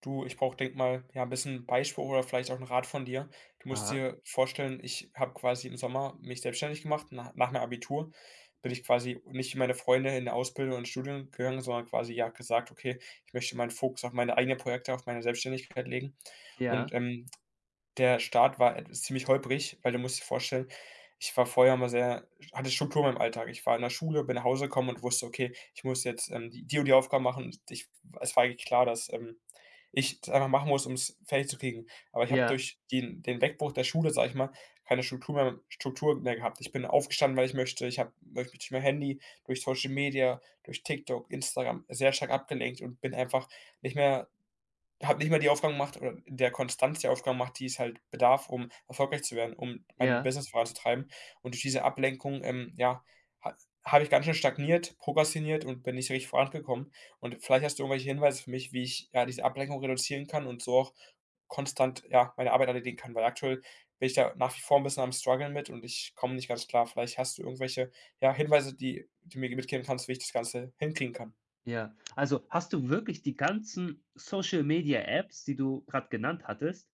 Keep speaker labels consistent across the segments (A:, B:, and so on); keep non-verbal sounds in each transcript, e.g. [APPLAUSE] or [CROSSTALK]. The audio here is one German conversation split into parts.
A: Du, ich brauche, denk mal, ja, ein bisschen Beispiel oder vielleicht auch einen Rat von dir. Du musst
B: Aha.
A: dir vorstellen, ich habe quasi im Sommer mich selbstständig gemacht. Na nach meinem Abitur bin ich quasi nicht wie meine Freunde in der Ausbildung und Studium gegangen, sondern quasi, ja, gesagt: „Okay, ich möchte meinen Fokus auf meine eigenen Projekte, auf meine Selbstständigkeit legen.“ Und,
B: Ja,
A: der Start war et ziemlich holprig, weil du musst dir vorstellen, ich war vorher immer sehr hatte Struktur in meinem Alltag. Ich war in der Schule, bin nach Hause gekommen und wusste: „Okay, ich muss jetzt, die und die Aufgaben machen.“ Und ich es war eigentlich klar, dass, ich das einfach machen muss, um es fertig zu kriegen. Aber ich habe
B: ja,
A: durch den Wegbruch der Schule, sage ich mal, keine Struktur mehr Struktur mehr gehabt. Ich bin aufgestanden, weil ich möchte. Ich habe durch mein Handy, durch Social Media, durch TikTok, Instagram sehr stark abgelenkt und bin einfach nicht mehr habe nicht mal die Aufgaben gemacht oder in der Konstanz die Aufgaben gemacht, die es halt bedarf, um erfolgreich zu werden, um mein
B: ja,
A: Business voranzutreiben. Und durch diese Ablenkung, ja, ha habe ich ganz schön stagniert, prokrastiniert und bin nicht so richtig vorangekommen. Und vielleicht hast du irgendwelche Hinweise für mich, wie ich, ja, diese Ablenkung reduzieren kann und so auch konstant, ja, meine Arbeit erledigen kann, weil aktuell bin ich da nach wie vor ein bisschen am struggeln mit und ich komme nicht ganz klar. Vielleicht hast du irgendwelche, ja, Hinweise, die mir mitgeben kannst, wie ich das Ganze hinkriegen kann.
B: ja. Also, hast du wirklich die ganzen Social Media Apps, die du gerade genannt hattest?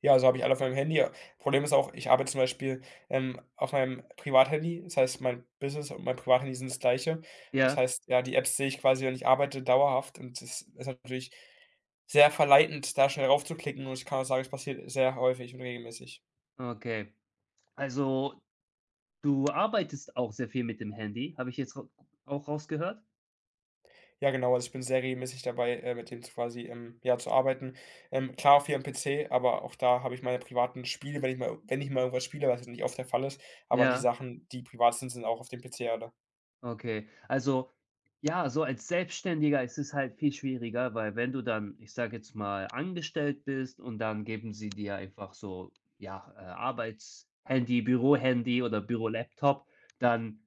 A: Ja, also, habe ich alle auf meinem Handy. Problem ist auch, ich arbeite zum Beispiel, auf meinem Privathandy. Das heißt, mein Business und mein Privathandy sind das Gleiche. Das
B: Ja,
A: heißt, ja, die Apps sehe ich quasi, wenn ich arbeite, dauerhaft und das ist natürlich sehr verleitend, da schnell raufzuklicken und ich kann auch sagen, es passiert sehr häufig und regelmäßig.
B: okay. Also, du arbeitest auch sehr viel mit dem Handy, habe ich jetzt rau auch rausgehört?
A: Ja, genau, also, ich bin sehr regelmäßig dabei, mit dem zu quasi, ja, zu arbeiten. Klar, viel am PC, aber auch da habe ich meine privaten Spiele, wenn ich mal irgendwas spiele, was nicht oft der Fall ist, aber die
B: Ja.
A: Sachen, die privat sind, sind auch auf dem PC alle.
B: Okay, also ja, so als Selbstständiger ist es halt viel schwieriger, weil wenn du dann, ich sage jetzt mal, angestellt bist und dann geben sie dir einfach so, ja, Arbeitshandy, Bürohandy oder Bürolaptop, dann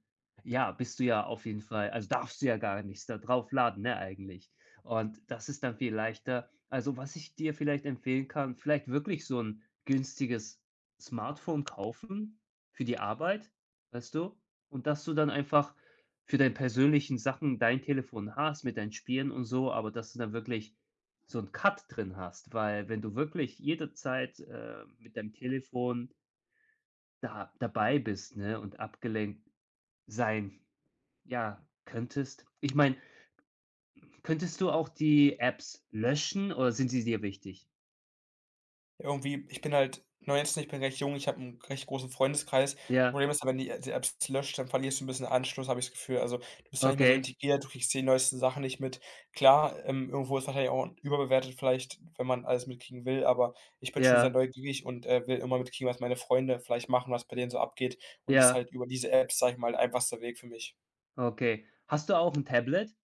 B: ja, bist du ja auf jeden Fall, also darfst du ja gar nichts da drauf laden, ne, eigentlich. Und das ist dann viel leichter. Also, was ich dir vielleicht empfehlen kann, vielleicht wirklich so ein günstiges Smartphone kaufen für die Arbeit, weißt du? Und dass du dann einfach für deine persönlichen Sachen dein Telefon hast mit deinen Spielen und so, aber dass du dann wirklich so 'n Cut drin hast, weil wenn du wirklich jederzeit, mit deinem Telefon da dabei bist, ne, und abgelenkt sein, ja, könntest du auch die Apps löschen oder sind sie dir wichtig?
A: Irgendwie ich bin halt 19, ich bin recht jung, ich habe 'n recht großen Freundeskreis.
B: Ja,
A: Problem ist, aber, wenn die Apps löscht, dann verlierst du 'n bisschen Anschluss, habe ich das Gefühl. Also, du bist zwar nicht mehr so
B: okay.
A: integriert, du kriegst die neuesten Sachen nicht mit. Klar, irgendwo ist wahrscheinlich auch überbewertet vielleicht, wenn man alles mitkriegen will, aber ich bin schon sehr
B: Ja,
A: neugierig und, will immer mitkriegen, was meine Freunde vielleicht machen, was bei denen so abgeht und ist
B: ja,
A: halt über diese Apps, sage ich mal, einfachster Weg für mich.
B: okay. Hast du auch 'n Tablet?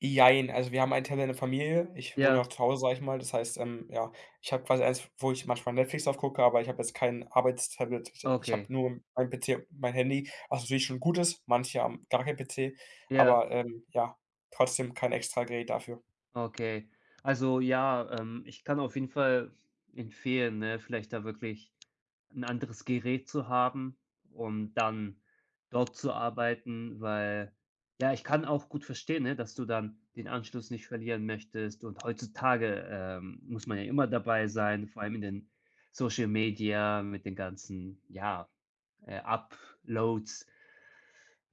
A: Jein, also wir haben einen Teller in der Familie. Ich wohne ja noch
B: Ja,
A: zu Hause, sage ich mal. Das heißt, ja, ich habe quasi eins, wo ich manchmal Netflix drauf gucke, aber ich habe jetzt kein Arbeitstablet. Ich habe
B: okay.
A: nur mein PC und mein Handy, was natürlich schon gut ist. Manche haben gar kein PC,
B: Ja.
A: aber ja, trotzdem kein extra Gerät dafür.
B: Okay. Also ja, ich kann auf jeden Fall empfehlen, ne, vielleicht da wirklich ein anderes Gerät zu haben, um dann dort zu arbeiten, weil ja, ich kann auch gut verstehen, ne, dass du dann den Anschluss nicht verlieren möchtest und heutzutage, muss man ja immer dabei sein, vor allem in den Social Media mit den ganzen, ja, Uploads.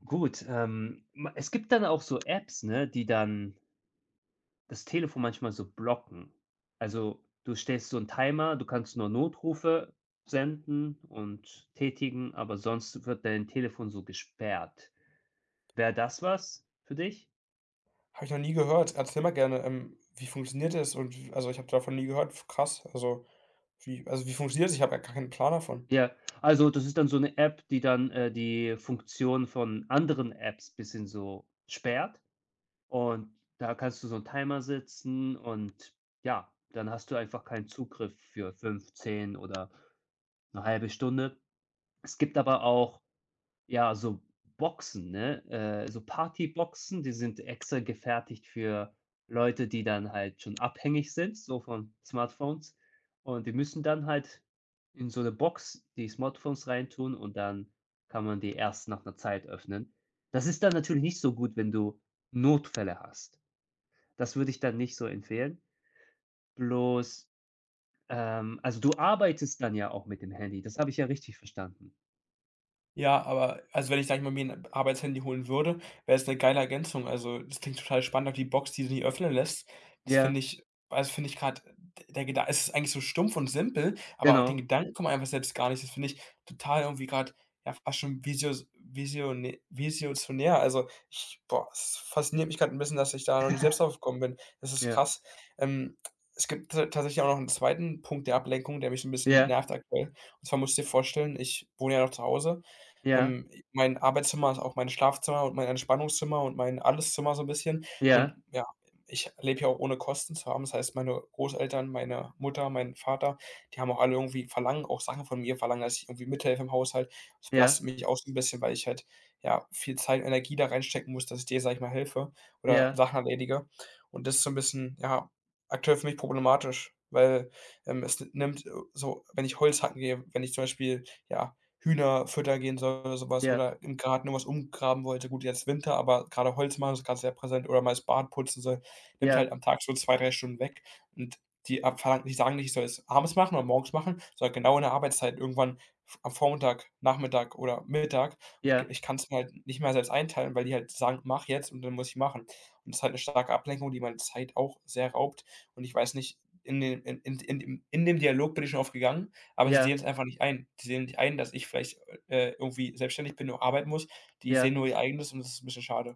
B: Gut, ma es gibt dann auch so Apps, ne, die dann das Telefon manchmal so blocken. Also, du stellst so einen Timer, du kannst nur Notrufe senden und tätigen, aber sonst wird dein Telefon so gesperrt. Wäre das was für dich?
A: Habe ich noch nie gehört. Erzähl mal gerne, wie funktioniert das? Und also ich habe davon nie gehört. Krass. Also wie funktioniert das? Ich habe ja gar keinen Plan davon.
B: Ja, also, das ist dann so eine App, die dann, die Funktion von anderen Apps bisschen so sperrt und da kannst du so einen Timer setzen und ja, dann hast du einfach keinen Zugriff für 15 oder eine halbe Stunde. Es gibt aber auch, ja, so Boxen, ne? So Partyboxen, die sind extra gefertigt für Leute, die dann halt schon abhängig sind, so von Smartphones. Und die müssen dann halt in so eine Box die Smartphones reintun und dann kann man die erst nach einer Zeit öffnen. Das ist dann natürlich nicht so gut, wenn du Notfälle hast. Das würde ich dann nicht so empfehlen. Bloß, also, du arbeitest dann ja auch mit dem Handy. Das habe ich ja richtig verstanden.
A: Ja, aber also, wenn ich, sage ich mal, mir ein Arbeitshandy holen würde, wäre es eine geile Ergänzung. Also, das klingt total spannend, auch die Box, die du nie öffnen lässt. Das finde
B: Ja,
A: ich also, finde ich gerade der Gedan es ist eigentlich so stumpf und simpel, aber auf den
B: genau.
A: Gedanken kommt man einfach selbst gar nicht. Das finde ich total irgendwie gerade ja, fast schon visios visione visionär. Also, ich boah, es fasziniert mich gerade ein bisschen, dass ich da noch nicht selbst drauf gekommen bin. Das ist
B: Ja,
A: krass. Ähm, Es gibt ta tatsächlich auch noch einen zweiten Punkt der Ablenkung, der mich so ein bisschen
B: ja,
A: nervt aktuell. Und zwar musst du dir vorstellen, ich wohne ja noch zu Hause.
B: ja.
A: Mein Arbeitszimmer ist auch mein Schlafzimmer und mein Entspannungszimmer und mein Alleszimmer so ein bisschen. Und
B: Ja,
A: ja, ich lebe ja auch ohne Kosten zu haben. Das heißt, meine Großeltern, meine Mutter, mein Vater, die haben auch alle irgendwie verlangen auch Sachen von mir, verlangen, dass ich irgendwie mithelfe im Haushalt. Das
B: ja,
A: belastet mich auch so 'n bisschen, weil ich halt, ja, viel Zeit und Energie da reinstecken muss, dass ich dir sag ich mal, helfe oder
B: ja,
A: Sachen erledige. Und das ist so ein bisschen, ja, aktuell für mich problematisch, weil, es nimmt, so wenn ich Holz hacken gehe, wenn ich zum Beispiel, ja, Hühnerfutter gehen soll oder sowas
B: ja,
A: oder im Garten irgendwas umgraben wollte. Gut, jetzt Winter, aber gerade Holz machen ist gerade sehr präsent oder mal das Bad putzen soll, nimmt halt
B: ja,
A: am Tag schon 2 3 Stunden weg und die ab verlangen die sagen nicht, ich soll es abends machen oder morgens machen, sondern genau in der Arbeitszeit irgendwann v am Vormittag, Nachmittag oder Mittag und g
B: ja,
A: ich kann's mir halt nicht mehr selbst einteilen, weil die halt sagen: „Mach jetzt“, und dann muss ich machen. Und das ist halt eine starke Ablenkung, die meine Zeit auch sehr raubt und ich weiß nicht, in den in dem Dialog bin ich schon oft gegangen aber sie sehen
B: ja,
A: es einfach nicht ein. Die sehen nicht ein, dass ich vielleicht, irgendwie selbstständig bin und arbeiten muss. Die sehen
B: ja,
A: nur ihr eigenes und das ist ein bisschen schade.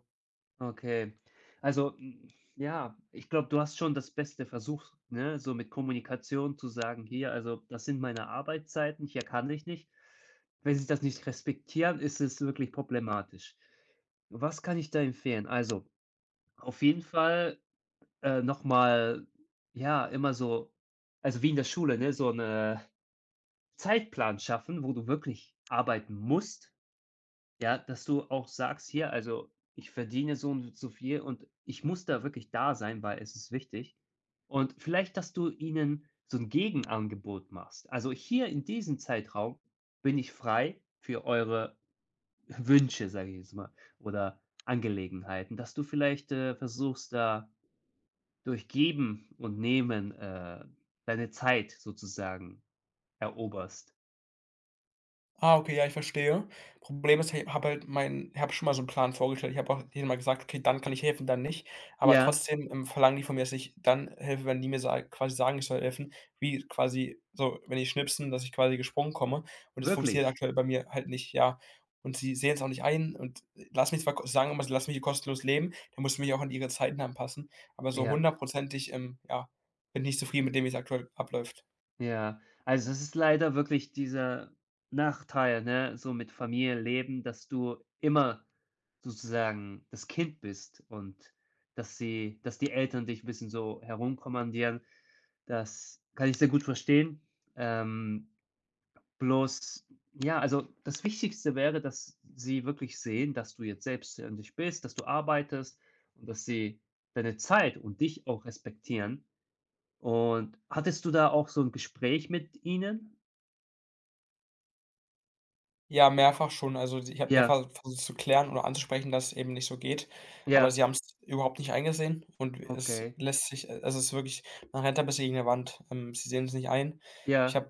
B: okay. Also, ja, ich glaube, du hast schon das Beste versucht, ne, so mit Kommunikation zu sagen: „Hier, also, das sind meine Arbeitszeiten, hier kann ich nicht.“ Wenn sie das nicht respektieren, ist es wirklich problematisch. Was kann ich da empfehlen? Also, auf jeden Fall, noch mal ja, immer so also, wie in der Schule, ne, so 'ne Zeitplan schaffen, wo du wirklich arbeiten musst. Ja, dass du auch sagst: „Hier, also, ich verdiene so und so viel und ich muss da wirklich da sein, weil es ist wichtig.“ Und vielleicht, dass du ihnen so ein Gegenangebot machst. Also: „Hier in diesem Zeitraum bin ich frei für eure [LAUGHS] Wünsche“, sage ich jetzt mal, oder Angelegenheiten, dass du vielleicht, versuchst, da durch Geben und Nehmen, deine Zeit sozusagen eroberst.
A: Ah, okay, ja, ich verstehe. Problem ist, ich habe schon mal so einen Plan vorgestellt. Ich habe auch denen mal gesagt: „Okay, dann kann ich helfen, dann nicht.“ Aber
B: Ja,
A: trotzdem, verlangen die von mir, dass ich dann helfe, wenn die mir sa quasi sagen, ich soll helfen, wie quasi so, wenn ich schnipsen, dass ich quasi gesprungen komme. Und das funktioniert
B: wirklich.
A: aktuell bei mir halt nicht, ja. Und sie sehen's auch nicht ein und lassen mich zwar ko sagen immer, sie lassen mich hier kostenlos leben, dann muss ich mich auch an ihre Zeiten anpassen. Aber so
B: Ja.
A: hundertprozentig, ja, bin ich nicht zufrieden mit dem, wie's aktuell abläuft.
B: Ja, also es ist leider wirklich dieser Nachteil, ne, so mit Familie leben, dass du immer sozusagen das Kind bist und dass die Eltern dich 'n bisschen so herumkommandieren. Das kann ich sehr gut verstehen. Ähm, Bloß ja, also das Wichtigste wäre, dass sie wirklich sehen, dass du jetzt selbstständig bist, dass du arbeitest und dass sie deine Zeit und dich auch respektieren. Und hattest du da auch so ein Gespräch mit ihnen?
A: Ja, mehrfach schon. Also, ich habe
B: Ja,
A: mehrfach versucht zu klären oder anzusprechen, dass es eben nicht so geht, aber
B: ja,
A: sie haben es überhaupt nicht eingesehen und es
B: okay.
A: lässt sich also, es ist wirklich man rennt da bis gegen 'ne Wand. Sie sehen es nicht ein. Ich
B: Ja,
A: habe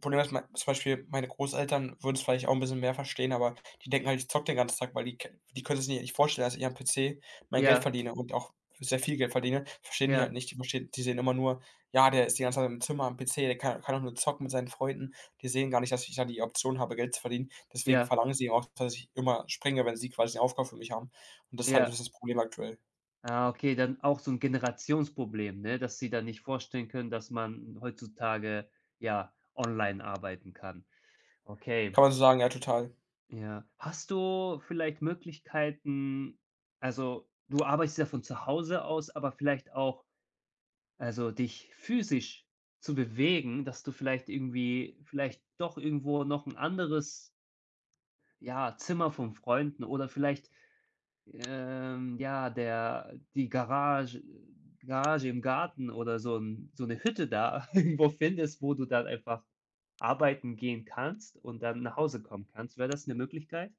A: Problem ist, mei zum Beispiel meine Großeltern würden es vielleicht auch ein bisschen mehr verstehen, aber die denken halt, ich zocke den ganzen Tag, weil die können sich ja nicht vorstellen, dass ich am PC mein Geld
B: ja,
A: verdiene und auch sehr viel Geld verdiene. Verstehen die halt
B: ja,
A: nicht. Die sehen immer nur: „Ja, der ist die ganze Zeit im Zimmer am PC, der kann doch nur zocken mit seinen Freunden.“ Die sehen gar nicht, dass ich da die Option habe, Geld zu verdienen. Deswegen
B: ja,
A: verlangen sie auch, dass ich immer springe, wenn sie quasi 'ne Aufgabe für mich haben. Und das ist halt 'n
B: ja.
A: bisschen das Problem aktuell.
B: Ah, okay, dann auch so 'n Generationsproblem, ne, dass sie dann nicht vorstellen können, dass man heutzutage, ja, online arbeiten kann.
A: Kann
B: Okay,
A: man so sagen, ja, total.
B: ja. Hast du vielleicht Möglichkeiten also, du arbeitest ja von zu Hause aus, aber vielleicht auch, also, dich physisch zu bewegen, dass du vielleicht irgendwie vielleicht doch irgendwo noch 'n anderes, ja, Zimmer von Freunden oder vielleicht ja, der die Garage im Garten oder so eine Hütte da [LAUGHS] irgendwo findest, wo du dann einfach arbeiten gehen kannst und dann nach Hause kommen kannst. Wäre das eine Möglichkeit?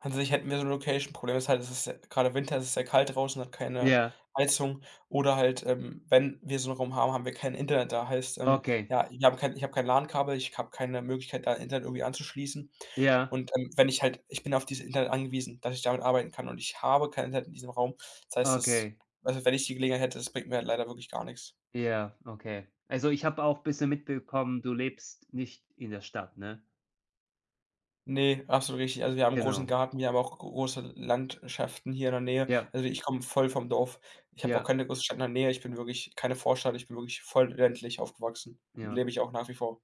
A: An sich hätten wir so 'ne Location. Problem ist halt, es ist ja grade Winter, es ist sehr kalt draußen, hat keine
B: Ja,
A: Heizung oder halt, wenn wir so 'n Raum haben, haben wir kein Internet da. Heißt,
B: okay.
A: ja, ich habe kein LAN-Kabel, ich habe keine Möglichkeit, da Internet irgendwie anzuschließen.
B: Ja,
A: Und, wenn ich bin auf dieses Internet angewiesen, dass ich damit arbeiten kann und ich habe kein Internet in diesem Raum. Das heißt, es
B: okay.
A: also, wenn ich die Gelegenheit hätte, das bringt mir halt leider wirklich gar nix.
B: Ja, okay. Also, ich habe auch ein bisschen mitbekommen, du lebst nicht in der Stadt, ne?
A: Nee, absolut richtig. Also, wir haben 'n großen
B: Genau.
A: Garten, wir haben auch große Landschaften hier in der Nähe.
B: Ja,
A: Also, ich komme voll vom Dorf. Ich habe auch
B: ja,
A: keine große Stadt in der Nähe. Ich bin wirklich keine Vorstadt, ich bin wirklich voll ländlich aufgewachsen und
B: ja.
A: lebe ich auch nach wie vor.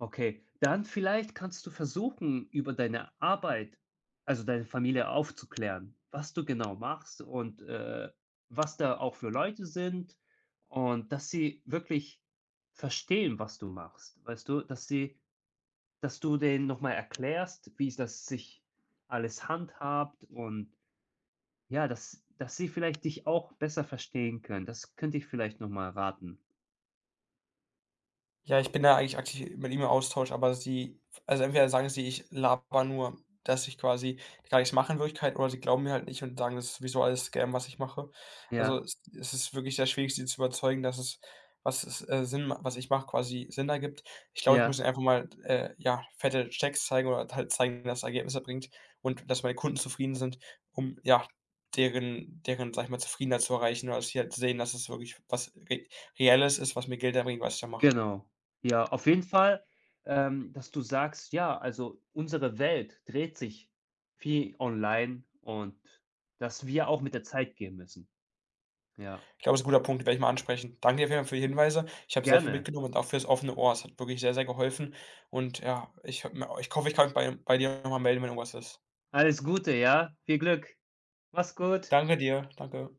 B: Okay, dann vielleicht kannst du versuchen, über deine Arbeit, also deine Familie aufzuklären, was du genau machst und, was da auch für Leute sind und dass sie wirklich verstehen, was du machst. Weißt du, dass du denen noch mal erklärst, wie das sich alles handhabt und ja, dass sie vielleicht dich auch besser verstehen können. Das könnte ich vielleicht noch mal raten.
A: Ja, ich bin da eigentlich aktiv mit ihm im Austausch, aber sie also entweder sagen sie, ich laber nur, dass ich quasi gar nichts mache in Wirklichkeit, oder sie glauben mir halt nicht und sagen, das ist sowieso alles Scam, was ich mache. Also,
B: Ja,
A: es ist wirklich sehr schwierig, sie zu überzeugen, dass es was es, Sinn ma was ich mache, quasi Sinn ergibt. Ich glaube, ich muss
B: ja.
A: ihnen einfach mal, ja, fette Checks zeigen oder halt zeigen, dass es Ergebnisse bringt und dass meine Kunden zufrieden sind, um, ja, deren, sag ich mal, Zufriedenheit zu erreichen oder dass sie halt sehen, dass es wirklich was re Reelles ist, was mir Geld einbringt, was ich da mache.
B: Genau. Ja, auf jeden Fall, dass du sagst: „Ja, also, unsere Welt dreht sich viel online und dass wir auch mit der Zeit gehen müssen.“ Ja,
A: Ich glaube, das ist ein guter Punkt, den werde ich mal ansprechen. Danke dir auf jeden Fall für die Hinweise. Ich habe sehr viel
B: gerne.
A: mitgenommen und auch fürs offene Ohr. Es hat wirklich sehr, sehr geholfen und ja, ich hoffe, ich kann mich bei dir noch mal melden, wenn irgendwas ist.
B: Alles Gute, ja? Viel Glück. Mach's gut.
A: Danke dir, danke.